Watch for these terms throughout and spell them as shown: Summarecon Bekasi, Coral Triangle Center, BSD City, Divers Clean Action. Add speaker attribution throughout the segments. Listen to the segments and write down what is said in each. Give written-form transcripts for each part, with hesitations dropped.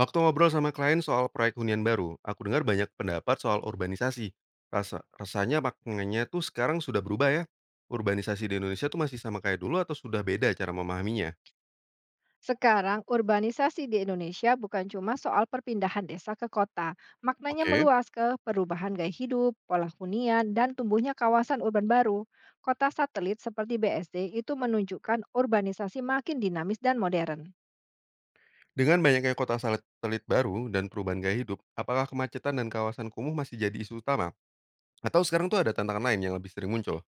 Speaker 1: Waktu ngobrol sama klien soal proyek hunian baru, aku dengar banyak pendapat soal urbanisasi. Rasanya maknanya tuh sekarang sudah berubah ya. Urbanisasi di Indonesia tuh masih sama kayak dulu atau sudah beda cara memahaminya?
Speaker 2: Sekarang, urbanisasi di Indonesia bukan cuma soal perpindahan desa ke kota. Maknanya
Speaker 1: Oke.
Speaker 2: meluas ke perubahan gaya hidup, pola hunian, dan tumbuhnya kawasan urban baru. Kota satelit seperti BSD itu menunjukkan urbanisasi makin dinamis dan modern.
Speaker 1: Dengan banyaknya kota satelit baru dan perubahan gaya hidup, apakah kemacetan dan kawasan kumuh masih jadi isu utama? Atau sekarang tuh ada tantangan lain yang lebih sering muncul?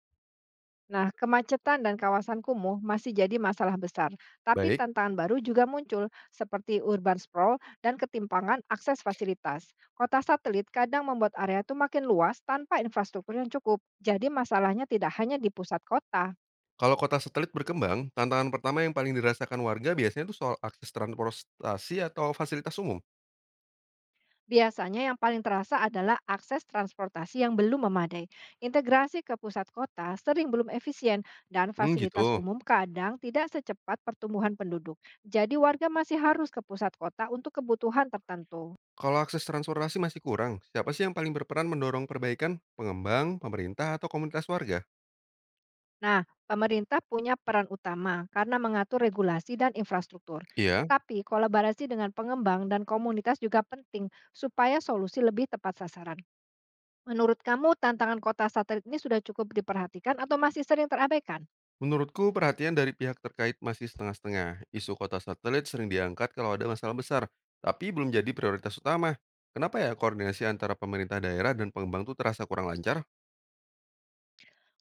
Speaker 2: Nah, kemacetan dan kawasan kumuh masih jadi masalah besar, tapi
Speaker 1: Baik.
Speaker 2: tantangan baru juga muncul, seperti urban sprawl dan ketimpangan akses fasilitas. Kota satelit kadang membuat area itu makin luas tanpa infrastruktur yang cukup, jadi masalahnya tidak hanya di pusat kota.
Speaker 1: Kalau kota satelit berkembang, tantangan pertama yang paling dirasakan warga biasanya tuh soal akses transportasi atau fasilitas umum.
Speaker 2: Biasanya yang paling terasa adalah akses transportasi yang belum memadai. Integrasi ke pusat kota sering belum efisien dan
Speaker 1: Hmm,
Speaker 2: fasilitas
Speaker 1: gitu.
Speaker 2: umum kadang tidak secepat pertumbuhan penduduk. Jadi warga masih harus ke pusat kota untuk kebutuhan tertentu.
Speaker 1: Kalau akses transportasi masih kurang, siapa sih yang paling berperan mendorong perbaikan? Pengembang, pemerintah, atau komunitas warga?
Speaker 2: Nah, pemerintah punya peran utama karena mengatur regulasi dan infrastruktur.
Speaker 1: Iya,
Speaker 2: Tapi kolaborasi dengan pengembang dan komunitas juga penting supaya solusi lebih tepat sasaran. Menurut kamu, tantangan kota satelit ini sudah cukup diperhatikan atau masih sering terabaikan?
Speaker 1: menurutku perhatian dari pihak terkait masih setengah-setengah. Isu kota satelit sering diangkat kalau ada masalah besar, tapi belum jadi prioritas utama. Kenapa ya koordinasi antara pemerintah daerah dan pengembang itu terasa kurang lancar?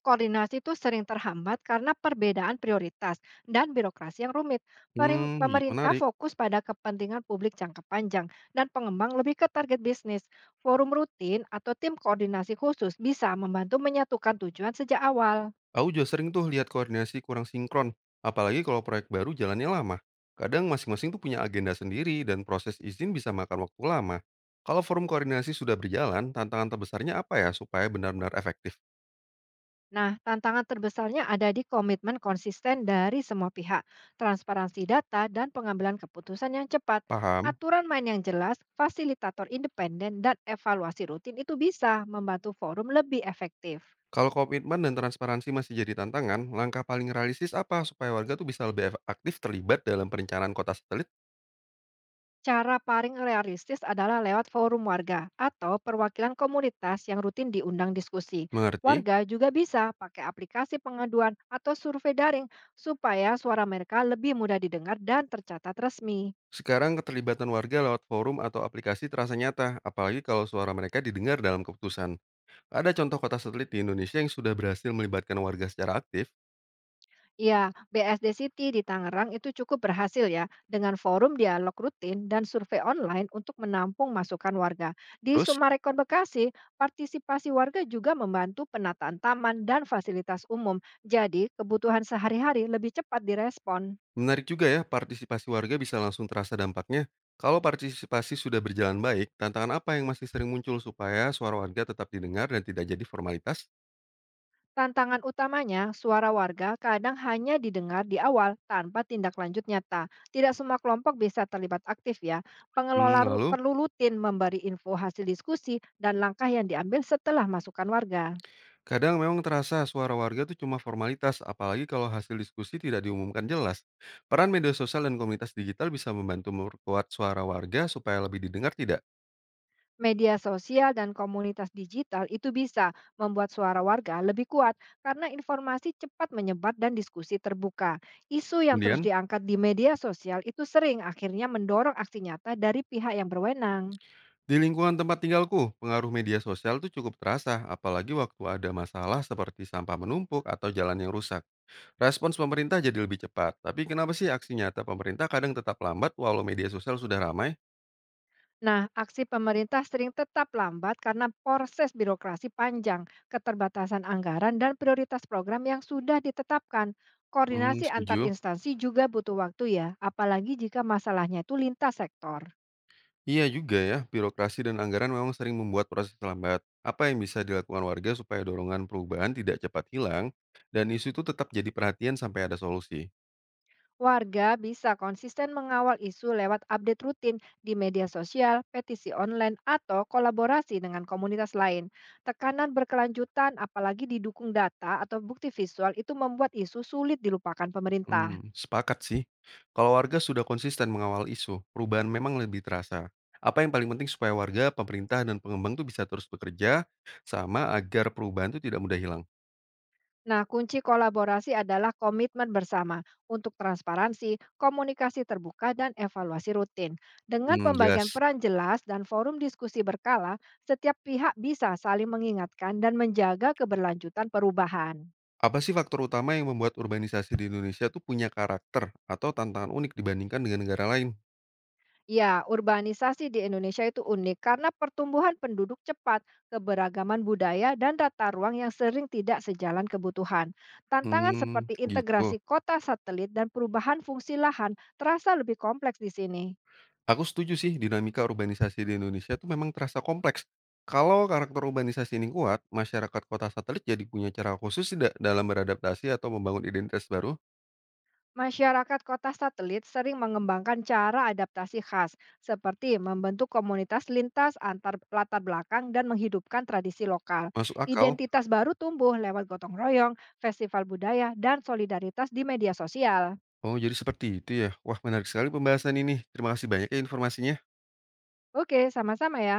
Speaker 2: Koordinasi itu sering terhambat karena perbedaan prioritas dan birokrasi yang rumit.
Speaker 1: Hmm,
Speaker 2: Pemerintah
Speaker 1: menarik.
Speaker 2: fokus pada kepentingan publik jangka panjang dan pengembang lebih ke target bisnis. Forum rutin atau tim koordinasi khusus bisa membantu menyatukan tujuan sejak awal.
Speaker 1: Aku juga sering tuh lihat koordinasi kurang sinkron, apalagi kalau proyek baru jalannya lama. Kadang masing-masing tuh punya agenda sendiri dan proses izin bisa makan waktu lama. Kalau forum koordinasi sudah berjalan, tantangan terbesarnya apa ya supaya benar-benar efektif?
Speaker 2: Nah, tantangan terbesarnya ada di komitmen konsisten dari semua pihak, transparansi data, dan pengambilan keputusan yang cepat.
Speaker 1: Paham?
Speaker 2: Aturan main yang jelas, fasilitator independen, dan evaluasi rutin itu bisa membantu forum lebih efektif.
Speaker 1: Kalau komitmen dan transparansi masih jadi tantangan, langkah paling realistis apa supaya warga tuh bisa lebih aktif terlibat dalam perencanaan kota satelit?
Speaker 2: Cara paling realistis adalah lewat forum warga atau perwakilan komunitas yang rutin diundang diskusi.
Speaker 1: Mengerti?
Speaker 2: Warga juga bisa pakai aplikasi pengaduan atau survei daring supaya suara mereka lebih mudah didengar dan tercatat resmi.
Speaker 1: Sekarang keterlibatan warga lewat forum atau aplikasi terasa nyata, apalagi kalau suara mereka didengar dalam keputusan. Ada contoh kota satelit di Indonesia yang sudah berhasil melibatkan warga secara aktif.
Speaker 2: Ya, BSD City di Tangerang itu cukup berhasil ya dengan forum dialog rutin dan survei online untuk menampung masukan warga. Di
Speaker 1: Terus,
Speaker 2: Summarecon Bekasi, partisipasi warga juga membantu penataan taman dan fasilitas umum. Jadi, kebutuhan sehari-hari lebih cepat direspon.
Speaker 1: menarik juga ya, partisipasi warga bisa langsung terasa dampaknya. Kalau partisipasi sudah berjalan baik, tantangan apa yang masih sering muncul supaya suara warga tetap didengar dan tidak jadi formalitas?
Speaker 2: Tantangan utamanya, suara warga kadang hanya didengar di awal tanpa tindak lanjut nyata. Tidak semua kelompok bisa terlibat aktif ya.
Speaker 1: Hmm, lalu,
Speaker 2: Perlu rutin memberi info hasil diskusi dan langkah yang diambil setelah masukan warga.
Speaker 1: kadang memang terasa suara warga itu cuma formalitas, apalagi kalau hasil diskusi tidak diumumkan jelas. Peran media sosial dan komunitas digital bisa membantu memperkuat suara warga supaya lebih didengar tidak?
Speaker 2: Media sosial dan komunitas digital itu bisa membuat suara warga lebih kuat karena informasi cepat menyebar dan diskusi terbuka. Isu yang terus
Speaker 1: Kemudian,
Speaker 2: diangkat di media sosial itu sering akhirnya mendorong aksi nyata dari pihak yang berwenang.
Speaker 1: di lingkungan tempat tinggalku, pengaruh media sosial tuh cukup terasa, apalagi waktu ada masalah seperti sampah menumpuk atau jalan yang rusak. Respons pemerintah jadi lebih cepat, tapi kenapa sih aksi nyata pemerintah kadang tetap lambat walau media sosial sudah ramai?
Speaker 2: Nah, aksi pemerintah sering tetap lambat karena proses birokrasi panjang, keterbatasan anggaran, dan prioritas program yang sudah ditetapkan.
Speaker 1: Hmm,
Speaker 2: Koordinasi antar
Speaker 1: setuju.
Speaker 2: instansi juga butuh waktu ya, apalagi jika masalahnya itu lintas sektor.
Speaker 1: Iya juga ya, birokrasi dan anggaran memang sering membuat proses lambat. Apa yang bisa dilakukan warga supaya dorongan perubahan tidak cepat hilang, dan isu itu tetap jadi perhatian sampai ada solusi?
Speaker 2: Warga bisa konsisten mengawal isu lewat update rutin di media sosial, petisi online, atau kolaborasi dengan komunitas lain. Tekanan berkelanjutan, apalagi didukung data atau bukti visual, itu membuat isu sulit dilupakan pemerintah.
Speaker 1: Mmm, sepakat sih. Kalau warga sudah konsisten mengawal isu, perubahan memang lebih terasa. Apa yang paling penting supaya warga, pemerintah, dan pengembang tuh bisa terus bekerja sama agar perubahan itu tidak mudah hilang?
Speaker 2: Nah, kunci kolaborasi adalah komitmen bersama untuk transparansi, komunikasi terbuka, dan evaluasi rutin. Dengan
Speaker 1: Mmm, jelas.
Speaker 2: pembagian peran jelas dan forum diskusi berkala, setiap pihak bisa saling mengingatkan dan menjaga keberlanjutan perubahan.
Speaker 1: Apa sih faktor utama yang membuat urbanisasi di Indonesia tuh punya karakter atau tantangan unik dibandingkan dengan negara lain?
Speaker 2: Ya, urbanisasi di Indonesia itu unik karena pertumbuhan penduduk cepat, keberagaman budaya, dan tata ruang yang sering tidak sejalan kebutuhan. Tantangan
Speaker 1: Mmm,
Speaker 2: seperti
Speaker 1: gitu.
Speaker 2: integrasi kota satelit dan perubahan fungsi lahan terasa lebih kompleks di sini.
Speaker 1: Aku setuju sih dinamika urbanisasi di Indonesia tuh memang terasa kompleks. Kalau karakter urbanisasi ini kuat, masyarakat kota satelit jadi punya cara khusus tidak dalam beradaptasi atau membangun identitas baru?
Speaker 2: Masyarakat kota satelit sering mengembangkan cara adaptasi khas, seperti membentuk komunitas lintas antar latar belakang dan menghidupkan tradisi lokal.
Speaker 1: Masuk akal.
Speaker 2: Identitas baru tumbuh lewat gotong royong, festival budaya, dan solidaritas di media sosial.
Speaker 1: Oh, jadi seperti itu ya. Wah, menarik sekali pembahasan ini. Terima kasih banyak ya informasinya.
Speaker 2: Oke, sama-sama ya.